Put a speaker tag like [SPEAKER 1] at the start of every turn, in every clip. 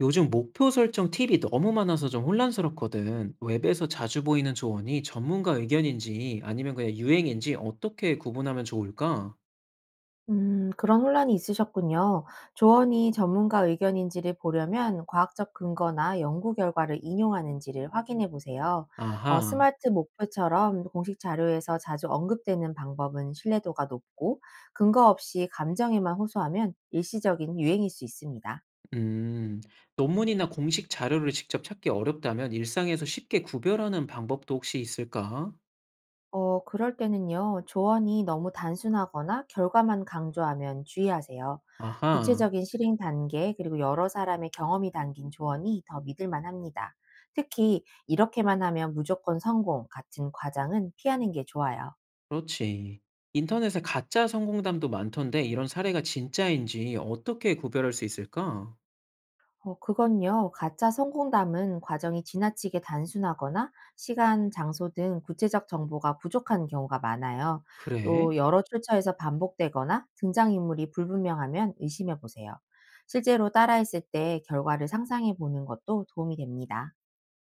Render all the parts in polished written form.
[SPEAKER 1] 요즘 목표 설정 팁이 너무 많아서 좀 혼란스럽거든. 웹에서 자주 보이는 조언이 전문가 의견인지 아니면 그냥 유행인지 어떻게 구분하면 좋을까?
[SPEAKER 2] 그런 혼란이 있으셨군요. 조언이 전문가 의견인지를 보려면 과학적 근거나 연구 결과를 인용하는지를 확인해 보세요.
[SPEAKER 1] 아하,
[SPEAKER 2] 스마트 목표처럼 공식 자료에서 자주 언급되는 방법은 신뢰도가 높고 근거 없이 감정에만 호소하면 일시적인 유행일 수 있습니다.
[SPEAKER 1] 음, 논문이나 공식 자료를 직접 찾기 어렵다면 일상에서 쉽게 구별하는 방법도 혹시 있을까?
[SPEAKER 2] 그럴 때는요, 조언이 너무 단순하거나 결과만 강조하면 주의하세요.
[SPEAKER 1] 아하,
[SPEAKER 2] 구체적인 실행 단계, 그리고 여러 사람의 경험이 담긴 조언이 더 믿을만 합니다. 특히, 이렇게만 하면 무조건 성공 같은 과장은 피하는 게 좋아요.
[SPEAKER 1] 그렇지. 인터넷에 가짜 성공담도 많던데 이런 사례가 진짜인지 어떻게 구별할 수 있을까?
[SPEAKER 2] 그건요. 가짜 성공담은 과정이 지나치게 단순하거나 시간, 장소 등 구체적 정보가 부족한 경우가 많아요.
[SPEAKER 1] 그래?
[SPEAKER 2] 또 여러 출처에서 반복되거나 등장인물이 불분명하면 의심해 보세요. 실제로 따라했을 때 결과를 상상해 보는 것도 도움이 됩니다.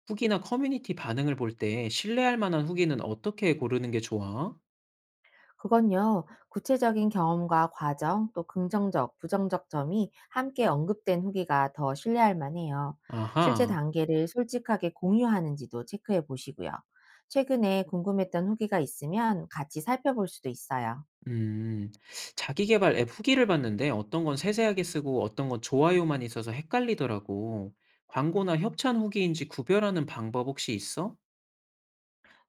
[SPEAKER 1] 후기나 커뮤니티 반응을 볼 때 신뢰할 만한 후기는 어떻게 고르는 게 좋아?
[SPEAKER 2] 그건요, 구체적인 경험과 과정, 또 긍정적, 부정적 점이 함께 언급된 후기가 더 신뢰할 만해요. 실제
[SPEAKER 1] 아하.
[SPEAKER 2] 단계를 솔직하게 공유하는지도 체크해 보시고요. 최근에 궁금했던 후기가 있으면 같이 살펴볼 수도 있어요.
[SPEAKER 1] 음. 자기 계발 앱 후기를 봤는데 어떤 건 세세하게 쓰고 어떤 건 좋아요만 있어서 헷갈리더라고. 광고나 협찬 후기인지 구별하는 방법 혹시 있어?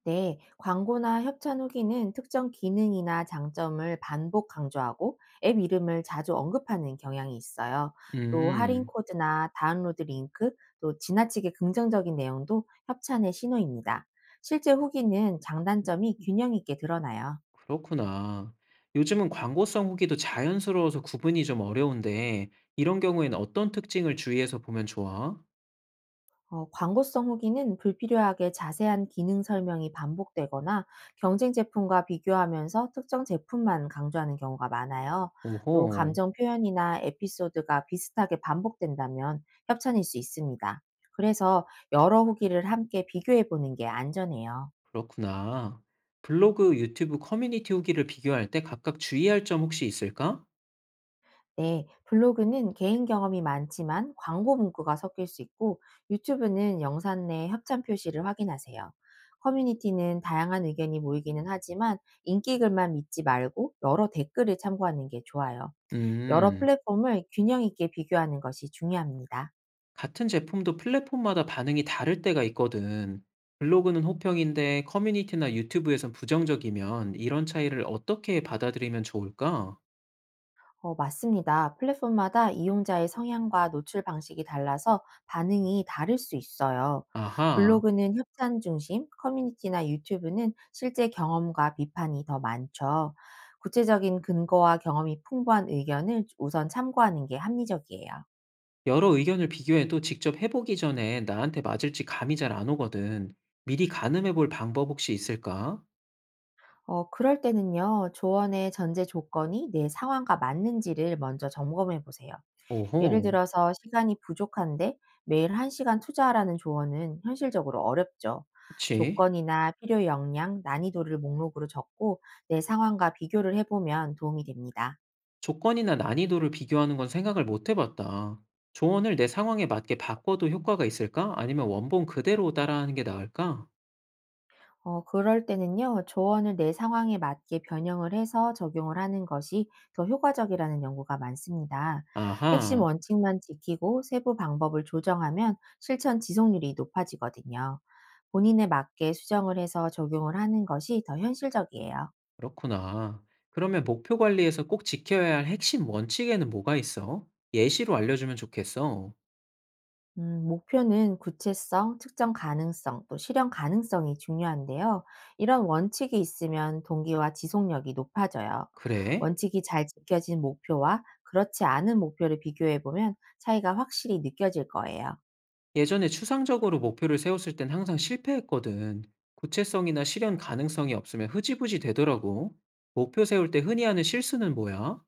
[SPEAKER 2] 네, 광고나 협찬 후기는 특정 기능이나 장점을 반복 강조하고 앱 이름을 자주 언급하는 경향이 있어요. 또 할인
[SPEAKER 1] 음.
[SPEAKER 2] 코드나 다운로드 링크, 또 지나치게 긍정적인 내용도 협찬의 신호입니다. 실제 후기는 장단점이 균형 있게 드러나요.
[SPEAKER 1] 그렇구나. 요즘은 광고성 후기도 자연스러워서 구분이 좀 어려운데 이런 경우에는 어떤 특징을 주의해서 보면 좋아?
[SPEAKER 2] 광고성 후기는 불필요하게 자세한 기능 설명이 반복되거나 경쟁 제품과 비교하면서 특정 제품만 강조하는 경우가 많아요. 또
[SPEAKER 1] 오호.
[SPEAKER 2] 감정 표현이나 에피소드가 비슷하게 반복된다면 협찬일 수 있습니다. 그래서 여러 후기를 함께 비교해 보는 게 안전해요.
[SPEAKER 1] 그렇구나. 블로그, 유튜브 커뮤니티 후기를 비교할 때 각각 주의할 점 혹시 있을까?
[SPEAKER 2] 네, 블로그는 개인 경험이 많지만 광고 문구가 섞일 수 있고 유튜브는 영상 내 협찬 표시를 확인하세요. 커뮤니티는 다양한 의견이 모이기는 하지만 인기 글만 믿지 말고 여러 댓글을 참고하는 게 좋아요. 여러
[SPEAKER 1] 음,
[SPEAKER 2] 플랫폼을 균형 있게 비교하는 것이 중요합니다.
[SPEAKER 1] 같은 제품도 플랫폼마다 반응이 다를 때가 있거든. 블로그는 호평인데 커뮤니티나 유튜브에선 부정적이면 이런 차이를 어떻게 받아들이면 좋을까?
[SPEAKER 2] 맞습니다. 플랫폼마다 이용자의 성향과 노출 방식이 달라서 반응이 다를 수 있어요.
[SPEAKER 1] 아하,
[SPEAKER 2] 블로그는 협찬 중심, 커뮤니티나 유튜브는 실제 경험과 비판이 더 많죠. 구체적인 근거와 경험이 풍부한 의견을 우선 참고하는 게 합리적이에요.
[SPEAKER 1] 여러 의견을 비교해도 직접 해보기 전에 나한테 맞을지 감이 잘 안 오거든. 미리 가늠해 볼 방법 혹시 있을까?
[SPEAKER 2] 그럴 때는요, 조언의 전제 조건이 내 상황과 맞는지를 먼저 점검해 보세요. 예를
[SPEAKER 1] 오호,
[SPEAKER 2] 들어서 시간이 부족한데 매일 1시간 시간 투자하라는 조언은 현실적으로 어렵죠.
[SPEAKER 1] 그치.
[SPEAKER 2] 조건이나 필요 역량, 난이도를 목록으로 적고 내 상황과 비교를 해 보면 도움이 됩니다.
[SPEAKER 1] 조건이나 난이도를 비교하는 건 생각을 못 해봤다. 조언을 내 상황에 맞게 바꿔도 효과가 있을까? 아니면 원본 그대로 따라하는 게 나을까?
[SPEAKER 2] 그럴 때는요. 조언을 내 상황에 맞게 변형을 해서 적용을 하는 것이 더 효과적이라는 연구가 많습니다. 핵심
[SPEAKER 1] 아하,
[SPEAKER 2] 원칙만 지키고 세부 방법을 조정하면 실천 지속률이 높아지거든요. 본인에 맞게 수정을 해서 적용을 하는 것이 더 현실적이에요.
[SPEAKER 1] 그렇구나. 그러면 목표 관리에서 꼭 지켜야 할 핵심 원칙에는 뭐가 있어? 예시로 알려주면 좋겠어.
[SPEAKER 2] 목표는 구체성, 측정 가능성, 또 실현 가능성이 중요한데요. 이런 원칙이 있으면 동기와 지속력이 높아져요.
[SPEAKER 1] 그래?
[SPEAKER 2] 원칙이 잘 지켜진 목표와 그렇지 않은 목표를 비교해 보면 차이가 확실히 느껴질 거예요.
[SPEAKER 1] 예전에 추상적으로 목표를 세웠을 땐 항상 실패했거든. 구체성이나 실현 가능성이 없으면 흐지부지 되더라고. 목표 세울 때 흔히 하는 실수는 뭐야?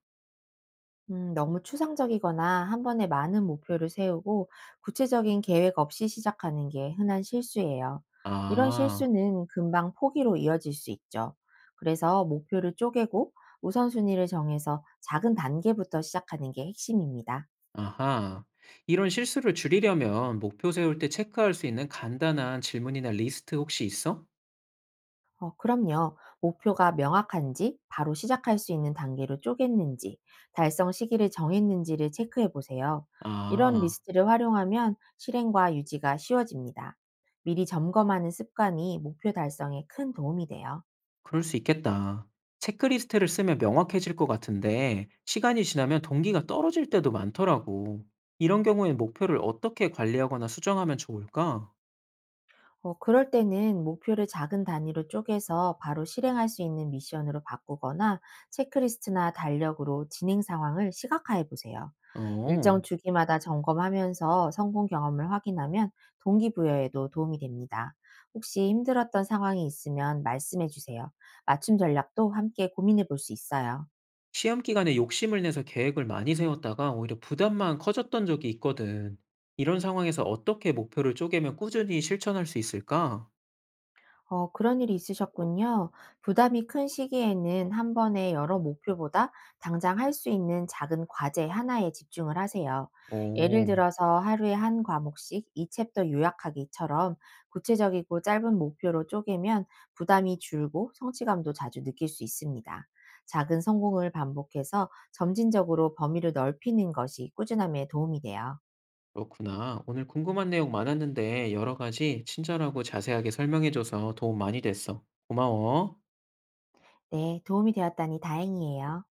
[SPEAKER 2] 너무 추상적이거나 한 번에 많은 목표를 세우고 구체적인 계획 없이 시작하는 게 흔한 실수예요. 이런
[SPEAKER 1] 아.
[SPEAKER 2] 실수는 금방 포기로 이어질 수 있죠. 그래서 목표를 쪼개고 우선순위를 정해서 작은 단계부터 시작하는 게 핵심입니다.
[SPEAKER 1] 아하. 이런 실수를 줄이려면 목표 세울 때 체크할 수 있는 간단한 질문이나 리스트 혹시 있어?
[SPEAKER 2] 그럼요. 목표가 명확한지, 바로 시작할 수 있는 단계로 쪼갰는지, 달성 시기를 정했는지를 체크해 보세요. 이런
[SPEAKER 1] 아,
[SPEAKER 2] 리스트를 활용하면 실행과 유지가 쉬워집니다. 미리 점검하는 습관이 목표 달성에 큰 도움이 돼요.
[SPEAKER 1] 그럴 수 있겠다. 체크리스트를 쓰면 명확해질 것 같은데 시간이 지나면 동기가 떨어질 때도 많더라고. 이런 경우엔 목표를 어떻게 관리하거나 수정하면 좋을까?
[SPEAKER 2] 그럴 때는 목표를 작은 단위로 쪼개서 바로 실행할 수 있는 미션으로 바꾸거나 체크리스트나 달력으로 진행 상황을 시각화해 보세요.
[SPEAKER 1] 어,
[SPEAKER 2] 일정 주기마다 점검하면서 성공 경험을 확인하면 동기부여에도 도움이 됩니다. 혹시 힘들었던 상황이 있으면 말씀해 주세요. 맞춤 전략도 함께 고민해 볼 수 있어요.
[SPEAKER 1] 시험 기간에 욕심을 내서 계획을 많이 세웠다가 오히려 부담만 커졌던 적이 있거든. 이런 상황에서 어떻게 목표를 쪼개면 꾸준히 실천할 수 있을까?
[SPEAKER 2] 그런 일이 있으셨군요. 부담이 큰 시기에는 한 번에 여러 목표보다 당장 할 수 있는 작은 과제 하나에 집중을 하세요. 예를
[SPEAKER 1] 어.
[SPEAKER 2] 들어서 하루에 한 과목씩 이 챕터 요약하기처럼 구체적이고 짧은 목표로 쪼개면 부담이 줄고 성취감도 자주 느낄 수 있습니다. 작은 성공을 반복해서 점진적으로 범위를 넓히는 것이 꾸준함에 도움이 돼요.
[SPEAKER 1] 그렇구나. 오늘 궁금한 내용 많았는데 여러 가지 친절하고 자세하게 설명해줘서 도움 많이 됐어. 고마워.
[SPEAKER 2] 네, 도움이 되었다니 다행이에요.